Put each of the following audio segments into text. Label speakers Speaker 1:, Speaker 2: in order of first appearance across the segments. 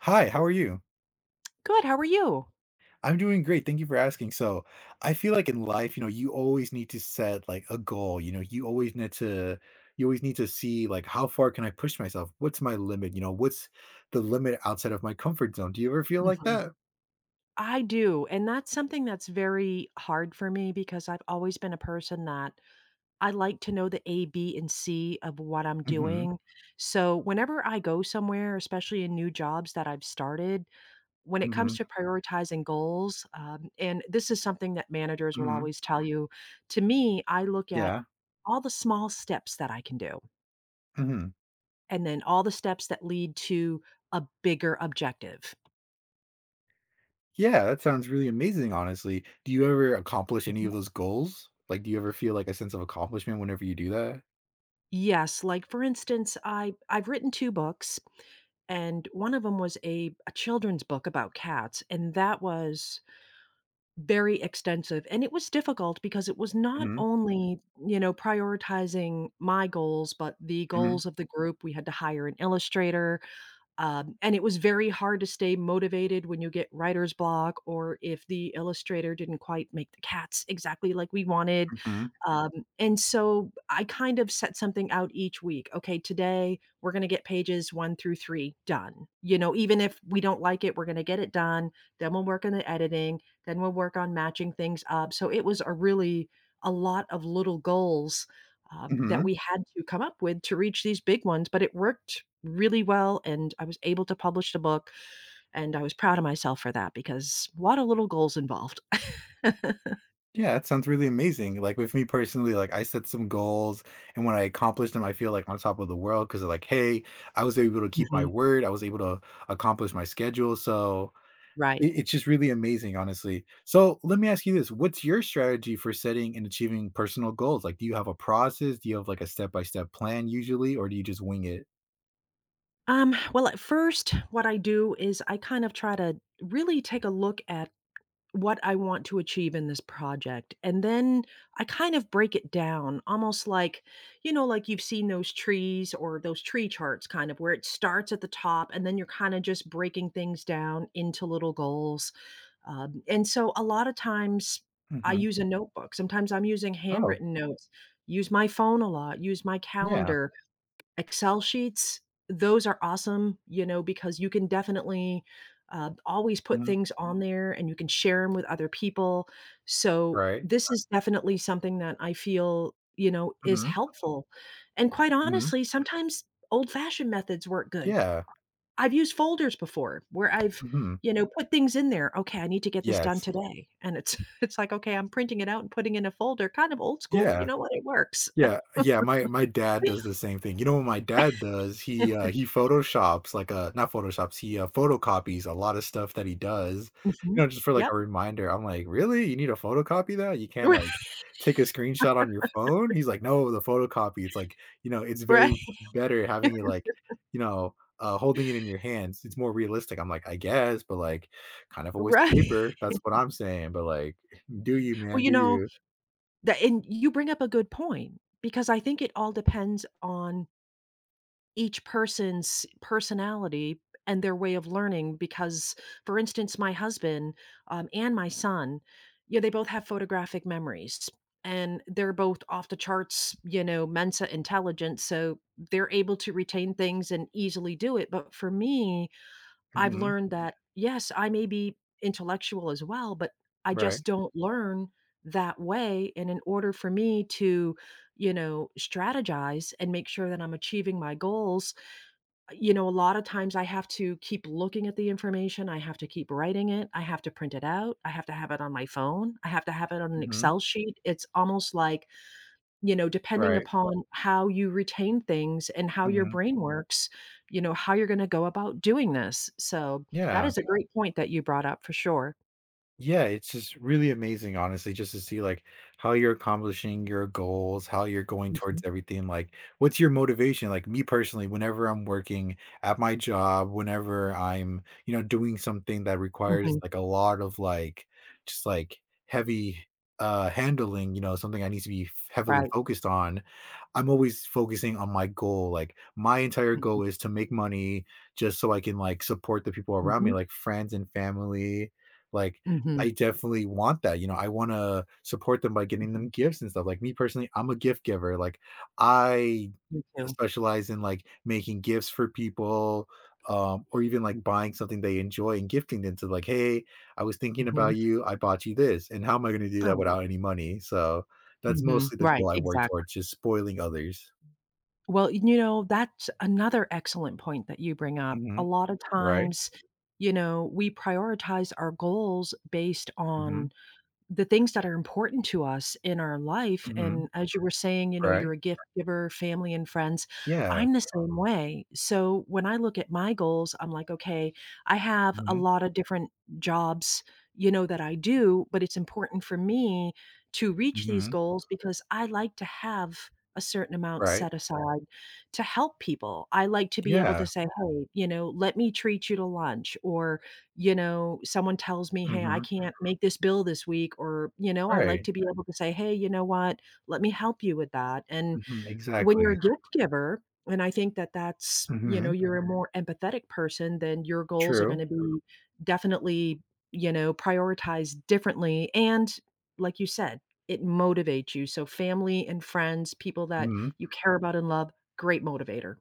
Speaker 1: Hi, how are you?
Speaker 2: Good, how are you?
Speaker 1: I'm doing great. Thank you for asking. So, I feel like in life, you know, you always need to set like a goal. You know, you always need to you always need to see like how far can I push myself? What's my limit? You know, what's the limit outside of my comfort zone? Do you ever feel like
Speaker 2: Mhm.
Speaker 1: that?
Speaker 2: I do, and that's something that's very hard for me because I've always been a person that I like to know the A, B, and C of what I'm
Speaker 1: Mhm.
Speaker 2: doing. So whenever I go somewhere, especially in new jobs that I've started, when it comes
Speaker 1: Mhm.
Speaker 2: to prioritizing goals, and this is something that managers will
Speaker 1: Mhm.
Speaker 2: always tell you, to me, I look at
Speaker 1: Yeah.
Speaker 2: all the small steps that I can do,
Speaker 1: Mhm.
Speaker 2: and then all the steps that lead to a bigger objective.
Speaker 1: Yeah, that sounds really amazing, honestly. Do you ever accomplish any of those goals? Like, do you ever feel like a sense of accomplishment whenever you do that?
Speaker 2: Yes, like for instance, I've written 2 books, and one of them was a children's book about cats, and that was very extensive, and it was difficult because it was not
Speaker 1: Mhm.
Speaker 2: only, you know, prioritizing my goals, but the
Speaker 1: Mhm.
Speaker 2: goals of the group. We had to hire an illustrator, and it was very hard to stay motivated when you get writer's block or if the illustrator didn't quite make the cats exactly like we wanted.
Speaker 1: Mhm.
Speaker 2: Um, and so I kind of set something out each week. Okay, today we're going to get pages one through three done. You know, even if we don't like it, we're going to get it done. Then we'll work on the editing. Then we'll work on matching things up. So it was a really a lot of little goals that
Speaker 1: Mhm.
Speaker 2: we had to come up with to reach these big ones, but it worked really well, and I was able to publish the book, and I was proud of myself for that because a lot of little goals involved.
Speaker 1: Yeah, that sounds really amazing. Like with me personally, like I set some goals, and when I accomplish them, I feel like on top of the world because like, hey, I was able to keep my
Speaker 2: Mhm.
Speaker 1: word. I was able to accomplish my schedule. So
Speaker 2: Right.
Speaker 1: it's just really amazing, honestly. So let me ask you this. What's your strategy for setting and achieving personal goals? Like, do you have a process? Do you have like a step-by-step plan usually, or do you just wing it?
Speaker 2: Well, at first, what I do is I kind of try to really take a look at what I want to achieve in this project. And then I kind of break it down almost like, you know, like you've seen those trees or those tree charts kind of where it starts at the top and then you're kind of just breaking things down into little goals. And so a lot of times I
Speaker 1: Hmm.
Speaker 2: use a notebook. Sometimes I'm using
Speaker 1: Oh,
Speaker 2: handwritten notes, use my phone a lot, use my
Speaker 1: yeah.
Speaker 2: calendar Excel sheets, those are awesome, you know, because you can definitely, always put
Speaker 1: Mhm.
Speaker 2: things on there and you can share them with other people. So,
Speaker 1: Right.
Speaker 2: this Right. is definitely something that I feel, you know, is
Speaker 1: Hmm.
Speaker 2: helpful. And quite
Speaker 1: Hmm.
Speaker 2: honestly, sometimes old-fashioned methods work good.
Speaker 1: Yeah.
Speaker 2: I've used folders before where I've,
Speaker 1: Hmm.
Speaker 2: you know, put things in there, "Okay, I need to get this done
Speaker 1: Yes.
Speaker 2: today." And it's it's like, "Okay, I'm printing it out and putting in a folder." Kind of old school, but you
Speaker 1: Yeah.
Speaker 2: know what? It works.
Speaker 1: Yeah, yeah, my dad does the same thing. You know what my dad does? He photoshops, like, not photoshops, he, photocopies a lot of stuff that he does, you
Speaker 2: Mhm.
Speaker 1: know, just for, like,
Speaker 2: Yep.
Speaker 1: a reminder. I'm like, "Really? You need to photocopy that? You can't,
Speaker 2: Right.
Speaker 1: like, take a screenshot on your phone?" He's like, "No, the photocopy." It's like, you know, it's
Speaker 2: Right.
Speaker 1: very better having it, like, you know, holding it in your hands. It's more realistic. I'm like, "I guess, but, like, kind of a waste of
Speaker 2: Right.
Speaker 1: paper." That's what I'm saying, but, like, do you,
Speaker 2: Well,
Speaker 1: man,
Speaker 2: you
Speaker 1: do
Speaker 2: know,
Speaker 1: you.
Speaker 2: that, and you bring up a good point because I think it all depends on each person's personality and their way of learning because, for instance, my husband, and my son, yeah, they both have photographic memories, and they're both off the charts, you know, Mensa intelligence, so they're able to retain things and easily do it, but for me, I've
Speaker 1: Mhm.
Speaker 2: learned Mhm. that, yes, I may be intellectual as well, but I
Speaker 1: Right.
Speaker 2: just don't learn that way. And in order for me to, you know, strategize and make sure that I'm achieving my goals, you know, a lot of times I have to keep looking at the information. I have to keep writing it. I have to print it out. I have to have it on my phone. I have to have it on an
Speaker 1: Mhm.
Speaker 2: Excel sheet. It's almost like you know, depending
Speaker 1: Right.
Speaker 2: upon how you retain things and how your
Speaker 1: Mhm.
Speaker 2: brain works, you know, how you're gonna go about doing this. So, that
Speaker 1: Yeah.
Speaker 2: is a great point that you brought up for sure.
Speaker 1: Yeah, it's just really amazing, honestly, just to see like how you're accomplishing your goals, how you're going towards
Speaker 2: Mhm,
Speaker 1: everything. Like, what's your motivation? Like me personally, whenever I'm working at my job, whenever I'm, you know, doing something that requires
Speaker 2: mhm,
Speaker 1: like a lot of like just like heavy handling, you know, something I need to be heavily
Speaker 2: right.
Speaker 1: focused on, I'm always focusing on my goal. Like my entire
Speaker 2: Mhm,
Speaker 1: goal is to make money just so I can like support the people around me,
Speaker 2: mhm,
Speaker 1: like friends and family. Like,
Speaker 2: mhm,
Speaker 1: I definitely want that, you know, I wanna support them by getting
Speaker 2: mhm.
Speaker 1: them gifts and stuff, like, me personally, I'm a gift giver, like, I
Speaker 2: Me too.
Speaker 1: specialize in, like, making gifts for people, or even, like, buying something they enjoy and gifting them to, like, "Hey, I was thinking
Speaker 2: Mhm.
Speaker 1: about you, I bought you this," and how am I gonna do that
Speaker 2: Oh,
Speaker 1: without any money? So, that's
Speaker 2: mhm,
Speaker 1: mostly the
Speaker 2: right,
Speaker 1: goal I work
Speaker 2: exactly.
Speaker 1: towards, just spoiling others.
Speaker 2: Well, you know, that's another excellent point that you bring up. A
Speaker 1: Mhm.
Speaker 2: lot of
Speaker 1: Right.
Speaker 2: times, you know, we prioritize our goals based
Speaker 1: Mhm.
Speaker 2: on the things that are important to us in our life,
Speaker 1: Mhm.
Speaker 2: and as you were saying, you know, you're
Speaker 1: Right.
Speaker 2: a gift giver, family and friends,
Speaker 1: Yeah.
Speaker 2: I'm the same way. So when I look at my goals, I'm like, okay, I have a
Speaker 1: Mhm.
Speaker 2: lot of different jobs, you know, that I do, but it's important for me to reach these
Speaker 1: Mhm.
Speaker 2: goals because I like to have a certain amount
Speaker 1: Right.
Speaker 2: set aside to help people. I like to be able to
Speaker 1: Yeah.
Speaker 2: say, hey, you know, let me treat you to lunch, or you know, someone tells me, "Hey, I
Speaker 1: Mhm.
Speaker 2: can't make this bill this week," or, you know, I like
Speaker 1: Right.
Speaker 2: to be able to say, "Hey, you know what? Let me help you with that." And
Speaker 1: Mhm,
Speaker 2: when you're
Speaker 1: exactly.
Speaker 2: a gift giver, and I think that that's you know,
Speaker 1: Mhm.
Speaker 2: you're a more empathetic person, then your goals are
Speaker 1: True.
Speaker 2: gonna be definitely, you know, prioritized differently, and like you said, it motivates you. So family and friends, people that
Speaker 1: Mhm.
Speaker 2: you care about and love, great motivator.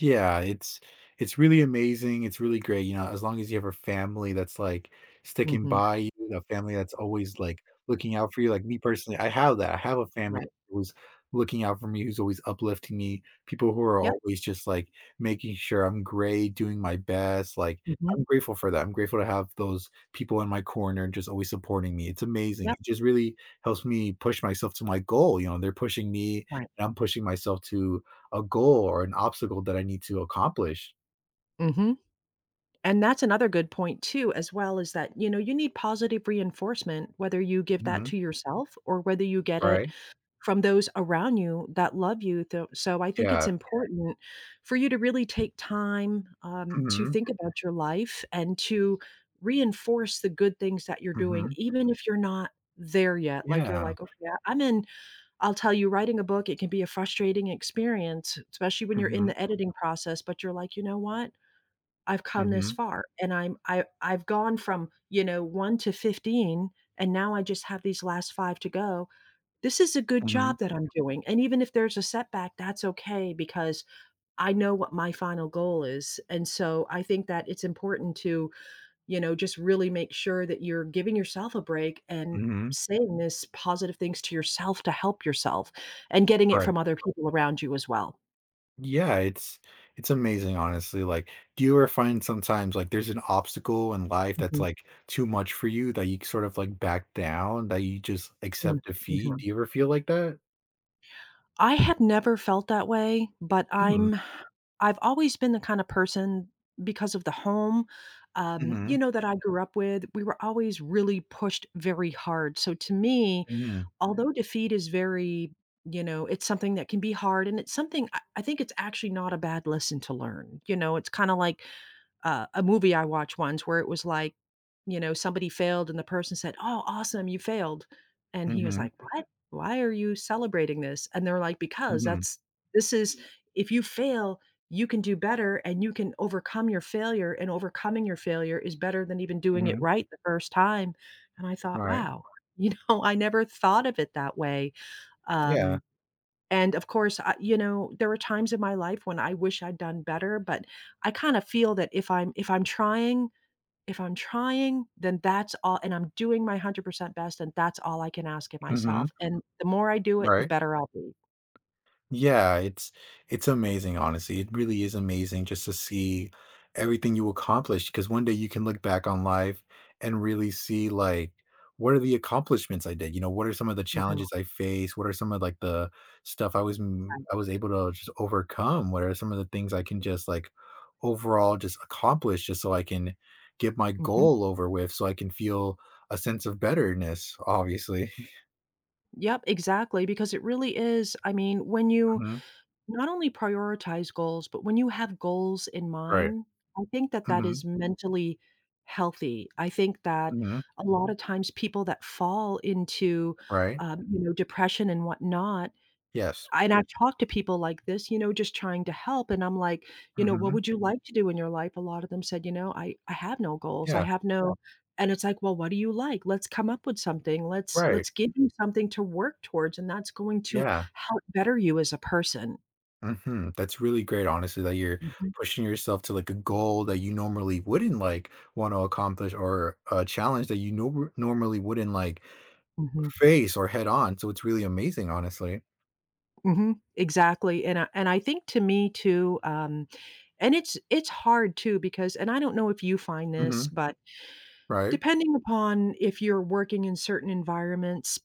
Speaker 1: Yeah, it's really amazing, it's really great, you know, as long as you have a family that's, like, sticking
Speaker 2: Mhm.
Speaker 1: by you, a family that's always, like, looking out for you, like, me personally, I have that, I have a family
Speaker 2: Right.
Speaker 1: who's looking out for me, who's always uplifting me, people who are
Speaker 2: Yep.
Speaker 1: always just, like, making sure I'm great, doing my best, like,
Speaker 2: Mhm.
Speaker 1: I'm grateful for that, I'm grateful to have those people in my corner just always supporting me, it's amazing,
Speaker 2: Yep.
Speaker 1: it just really helps me push myself to my goal, you know, they're pushing me,
Speaker 2: Right.
Speaker 1: and I'm pushing myself to a goal or an obstacle that I need to accomplish.
Speaker 2: Mhm. And that's another good point too as well is that, you know, you need positive reinforcement whether you give that
Speaker 1: Mhm.
Speaker 2: to yourself or whether you get it
Speaker 1: Right?
Speaker 2: from those around you that love you. Tho- So I think it's
Speaker 1: Yeah.
Speaker 2: Yeah. important for you to really take time to
Speaker 1: Mhm.
Speaker 2: think about your life and to reinforce the good things that you're doing,
Speaker 1: Mhm.
Speaker 2: even if you're not there yet. Like you're
Speaker 1: Yeah.
Speaker 2: like, okay, I'm in, I'll tell you, writing a book, it can be a frustrating experience, especially when you're in
Speaker 1: Mhm.
Speaker 2: the editing process, but you're like, you know what? I've come this
Speaker 1: Mhm.
Speaker 2: far and I've gone from, you know, 1 to 15 and now I just have these last 5 to go. This is a good
Speaker 1: Mhm.
Speaker 2: job that I'm doing, and even if there's a setback, that's okay because I know what my final goal is, and so I think that it's important to, you know, just really make sure that you're giving yourself a break and
Speaker 1: Mhm.
Speaker 2: saying this positive things to yourself to help yourself and getting it
Speaker 1: Right.
Speaker 2: from other people around you as well.
Speaker 1: Yeah, it's amazing, honestly, like, do you ever find sometimes, like, there's an obstacle in life that's,
Speaker 2: Mhm,
Speaker 1: like, too much for you that you sort of, like, back down, that you just
Speaker 2: mm,
Speaker 1: accept defeat?
Speaker 2: mhm.
Speaker 1: Do you ever feel like that?
Speaker 2: I have never felt that way, but
Speaker 1: Mm.
Speaker 2: I'm I've always been the kind of person because of the home,
Speaker 1: Mhm.
Speaker 2: you know, that I grew up with, we were always really pushed very hard. So to me,
Speaker 1: Mhm.
Speaker 2: although defeat is very, you know, it's something that can be hard and it's something I think it's actually not a bad lesson to learn. You know, it's kind of like a movie I watched once where it was like, you know, somebody failed and the person said, "Oh, awesome, you failed." And he was
Speaker 1: Mhm.
Speaker 2: like, "What? Why are you celebrating this?" And they're like, "Because
Speaker 1: Mhm.
Speaker 2: that's this is if you fail, you can do better and you can overcome your failure and overcoming your failure is better than even doing it
Speaker 1: Mhm.
Speaker 2: right the first time." And I thought,
Speaker 1: Right.
Speaker 2: "Wow." You know, I never thought of it that way.
Speaker 1: Yeah.
Speaker 2: Um and of course, I you know, there were times in my life when I wish I'd done better, but I kinda feel that if I'm trying, then that's all and I'm doing my 100% best, and that's all I can ask of
Speaker 1: Mhm.
Speaker 2: myself, and the more I do it, the
Speaker 1: Right.
Speaker 2: better I'll be.
Speaker 1: Yeah, it's amazing, honestly. It really is amazing just to see everything you accomplished because one day you can look back on life and really see like what are the accomplishments I did? You know, what are some of the
Speaker 2: Mhm,
Speaker 1: challenges I faced? What are some of like the stuff
Speaker 2: right.
Speaker 1: I was able to just overcome? What are some of the things I can just like overall just accomplish just so I can get my
Speaker 2: Mhm.
Speaker 1: goal over with so I can feel a sense of betterness, obviously.
Speaker 2: Yep, exactly, because it really is I mean, when you
Speaker 1: Mhm.
Speaker 2: not only prioritize goals, but when you have goals in
Speaker 1: Right.
Speaker 2: mind, I think that that
Speaker 1: Hmm.
Speaker 2: is mentally healthy. I think that
Speaker 1: Hmm.
Speaker 2: a lot of times people that fall into,
Speaker 1: Right.
Speaker 2: you know, depression and whatnot
Speaker 1: Yes.
Speaker 2: and I've talked to people like this, you know, just trying to help, and I'm like, "You know, what
Speaker 1: Mhm.
Speaker 2: would you like to do in your life?" A lot of them said, "You know, I have no goals. I
Speaker 1: Yeah.
Speaker 2: have no" and it's like, "Well, what do you like? Let's come up with something.
Speaker 1: Right.
Speaker 2: Let's give you something to work towards, and that's going to
Speaker 1: Yeah.
Speaker 2: help better you as a person."
Speaker 1: Mhm. That's really great, honestly, that you're
Speaker 2: Mhm.
Speaker 1: pushing yourself to, like, a goal that you normally wouldn't, like, wanna accomplish or a challenge that you normally wouldn't, like,
Speaker 2: Mhm,
Speaker 1: face or head on, so it's really amazing, honestly.
Speaker 2: mhm, exactly, and I think to me too, and it's hard too because and I don't know if you find this,
Speaker 1: Mhm.
Speaker 2: but
Speaker 1: Right.
Speaker 2: depending upon if you're working in certain environments,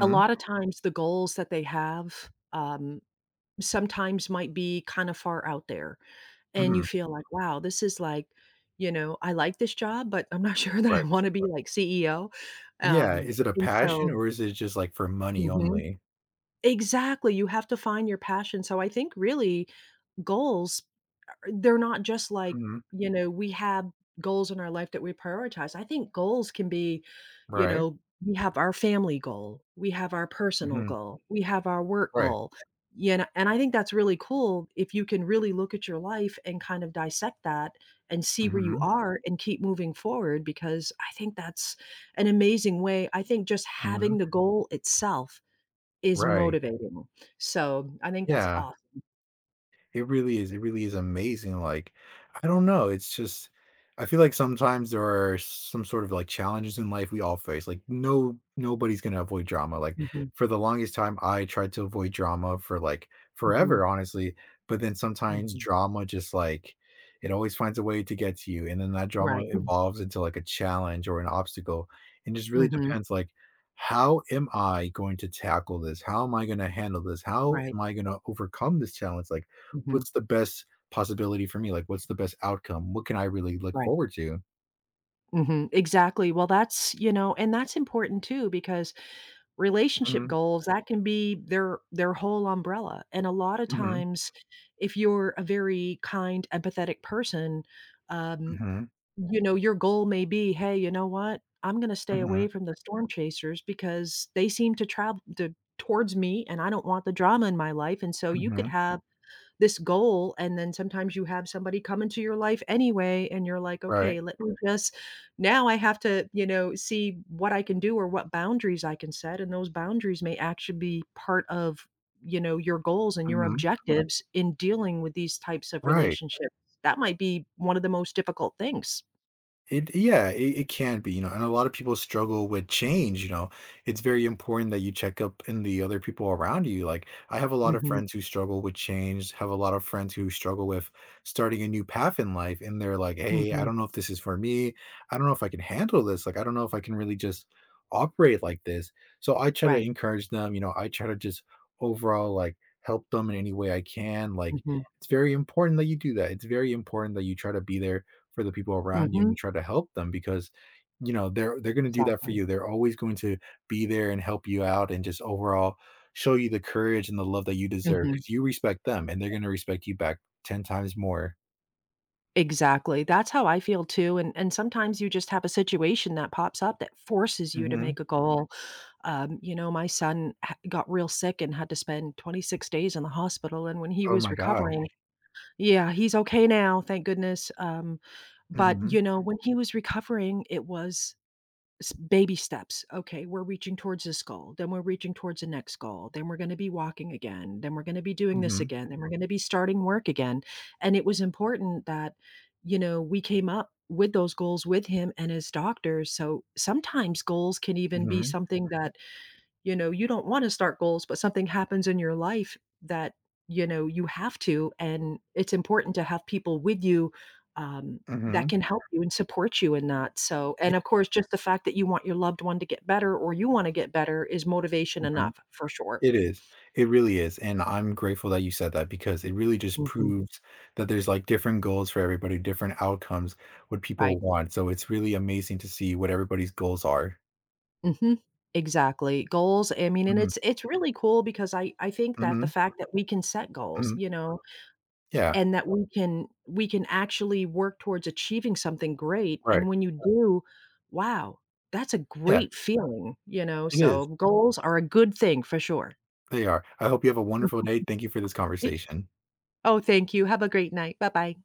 Speaker 2: a lot of times the goals that they have, sometimes might be kinda far out there, and you
Speaker 1: Mhm.
Speaker 2: feel like, "Wow, this is like" you know, "I like this job, but I'm not sure that I
Speaker 1: Right.
Speaker 2: wanna be like CEO,"
Speaker 1: Yeah. Is it a
Speaker 2: and
Speaker 1: passion
Speaker 2: so
Speaker 1: or is it just, like, for money
Speaker 2: Mhm,
Speaker 1: only?
Speaker 2: exactly, you have to find your passion, so I think really goals, uh, they're not just like,
Speaker 1: Mhm.
Speaker 2: you know, we have goals in our life that we prioritize. I think goals can be, you
Speaker 1: Right.
Speaker 2: know, we have our family goal, we have our personal
Speaker 1: Mhm.
Speaker 2: goal, we have our work
Speaker 1: Right.
Speaker 2: goal. You know, and I think that's really cool if you can really look at your life and kind of dissect that and see where you
Speaker 1: Mhm.
Speaker 2: are and keep moving forward because I think that's an amazing way. I think just
Speaker 1: Mhm.
Speaker 2: having the goal itself is
Speaker 1: Right.
Speaker 2: motivating. So I think that's
Speaker 1: Yeah.
Speaker 2: awesome.
Speaker 1: It really is. It really is amazing. Like, I don't know. It's just, I feel like sometimes there are some sort of like challenges in life we all face. Like, no, nobody's gonna avoid drama. Like,
Speaker 2: Mhm,
Speaker 1: for the longest time, I tried to avoid drama for like
Speaker 2: mhm,
Speaker 1: forever, honestly. But then sometimes
Speaker 2: mhm.
Speaker 1: drama just like it always finds a way to get to you, and then that drama
Speaker 2: Right.
Speaker 1: evolves into like a challenge or an obstacle. And just really
Speaker 2: Mhm.
Speaker 1: depends, like, how am I going to tackle this? How am I going to handle this? How
Speaker 2: Right.
Speaker 1: am I going to overcome this challenge? Like,
Speaker 2: Mhm.
Speaker 1: what's the best possibility for me? Like, what's the best outcome? What can I really look
Speaker 2: Right.
Speaker 1: forward to?
Speaker 2: Mhm. Exactly. Well, that's, you know, and that's important too because relationship
Speaker 1: Mhm,
Speaker 2: goals that can be their whole umbrella. And a lot of
Speaker 1: mhm,
Speaker 2: times if you're a very kind, empathetic person, um,
Speaker 1: mhm,
Speaker 2: you know, your goal may be, "Hey, you know what? I'm gonna stay
Speaker 1: mhm,
Speaker 2: away from the storm chasers because they seem to travel to towards me and I don't want the drama in my life." And so you could
Speaker 1: mhm.
Speaker 2: have this goal, and then sometimes you have somebody come into your life anyway, and you're like,
Speaker 1: Right.
Speaker 2: "Okay, let me just now I have to, you know, see what I can do or what boundaries I can set," and those boundaries may actually be part of, you know, your goals and your
Speaker 1: Mhm.
Speaker 2: objectives in dealing with these types of
Speaker 1: Right.
Speaker 2: relationships. That might be one of the most difficult things.
Speaker 1: It yeah, it can be, you know, and a lot of people struggle with change, you know. It's very important that you check up in the other people around you. Like I have a lot of
Speaker 2: Mhm,
Speaker 1: friends who struggle with change, have a lot of friends who struggle with starting a new path in life and they're like, "Hey, I
Speaker 2: mhm,
Speaker 1: don't know if this is for me. I don't know if I can handle this. Like I don't know if I can really just operate like this." So I try to
Speaker 2: right,
Speaker 1: encourage them, you know, I try to just overall like help them in any way I can. Like
Speaker 2: mhm,
Speaker 1: it's very important that you do that. It's very important that you try to be there for the people around you and
Speaker 2: mhm,
Speaker 1: you try to help them because you know they're going to do that for
Speaker 2: exactly,
Speaker 1: you, they're always going to be there and help you out and just overall show you the courage and the love that you deserve
Speaker 2: mhm.
Speaker 1: because you respect them and they're going to respect you back 10 times more.
Speaker 2: Exactly, that's how I feel too, and sometimes you just have a situation that pops up that forces you to
Speaker 1: Mhm.
Speaker 2: make a goal. You know, my son ha got real sick and had to spend 26 days in the hospital, and when he
Speaker 1: Oh
Speaker 2: was
Speaker 1: my god.
Speaker 2: recovering Yeah, he's okay now, thank goodness, but,
Speaker 1: Mhm.
Speaker 2: you know, when he was recovering, it was s baby steps. Okay, we're reaching towards this goal, then we're reaching towards the next goal, then we're gonna be walking again, then we're gonna be doing this
Speaker 1: Mhm.
Speaker 2: again, then we're gonna be starting work again, and it was important that, you know, we came up with those goals with him and his doctors. So sometimes goals can even be
Speaker 1: Mhm.
Speaker 2: something that you know, you don't wanna start goals, but something happens in your life that, you know, you have to, and it's important to have people with you, um, that
Speaker 1: Mhm.
Speaker 2: can help you and support you in that, so
Speaker 1: Yeah.
Speaker 2: and of course, just the fact that you want your loved one to get better or you wanna get better is motivation
Speaker 1: Mhm.
Speaker 2: enough, for sure.
Speaker 1: It is. It really is. And I'm grateful that you said that because it really just
Speaker 2: Mhm,
Speaker 1: proves that there's like different goals for everybody, different outcomes, what people
Speaker 2: right.
Speaker 1: want. So it's really amazing to see what everybody's goals are.
Speaker 2: Mhm. Exactly. Goals, I mean, and
Speaker 1: Mhm.
Speaker 2: it's really cool because I think that the
Speaker 1: Mhm,
Speaker 2: fact that we can set goals,
Speaker 1: mhm.
Speaker 2: you know,
Speaker 1: Yeah,
Speaker 2: and that we can actually work towards achieving something great,
Speaker 1: right.
Speaker 2: and when you do, wow, that's a
Speaker 1: Yeah,
Speaker 2: great feeling, you know,
Speaker 1: it is.
Speaker 2: so goals are a good thing for sure.
Speaker 1: They are. I hope you have a wonderful day. Thank you for this conversation.
Speaker 2: Oh, thank you. Have a great night. Bye-bye.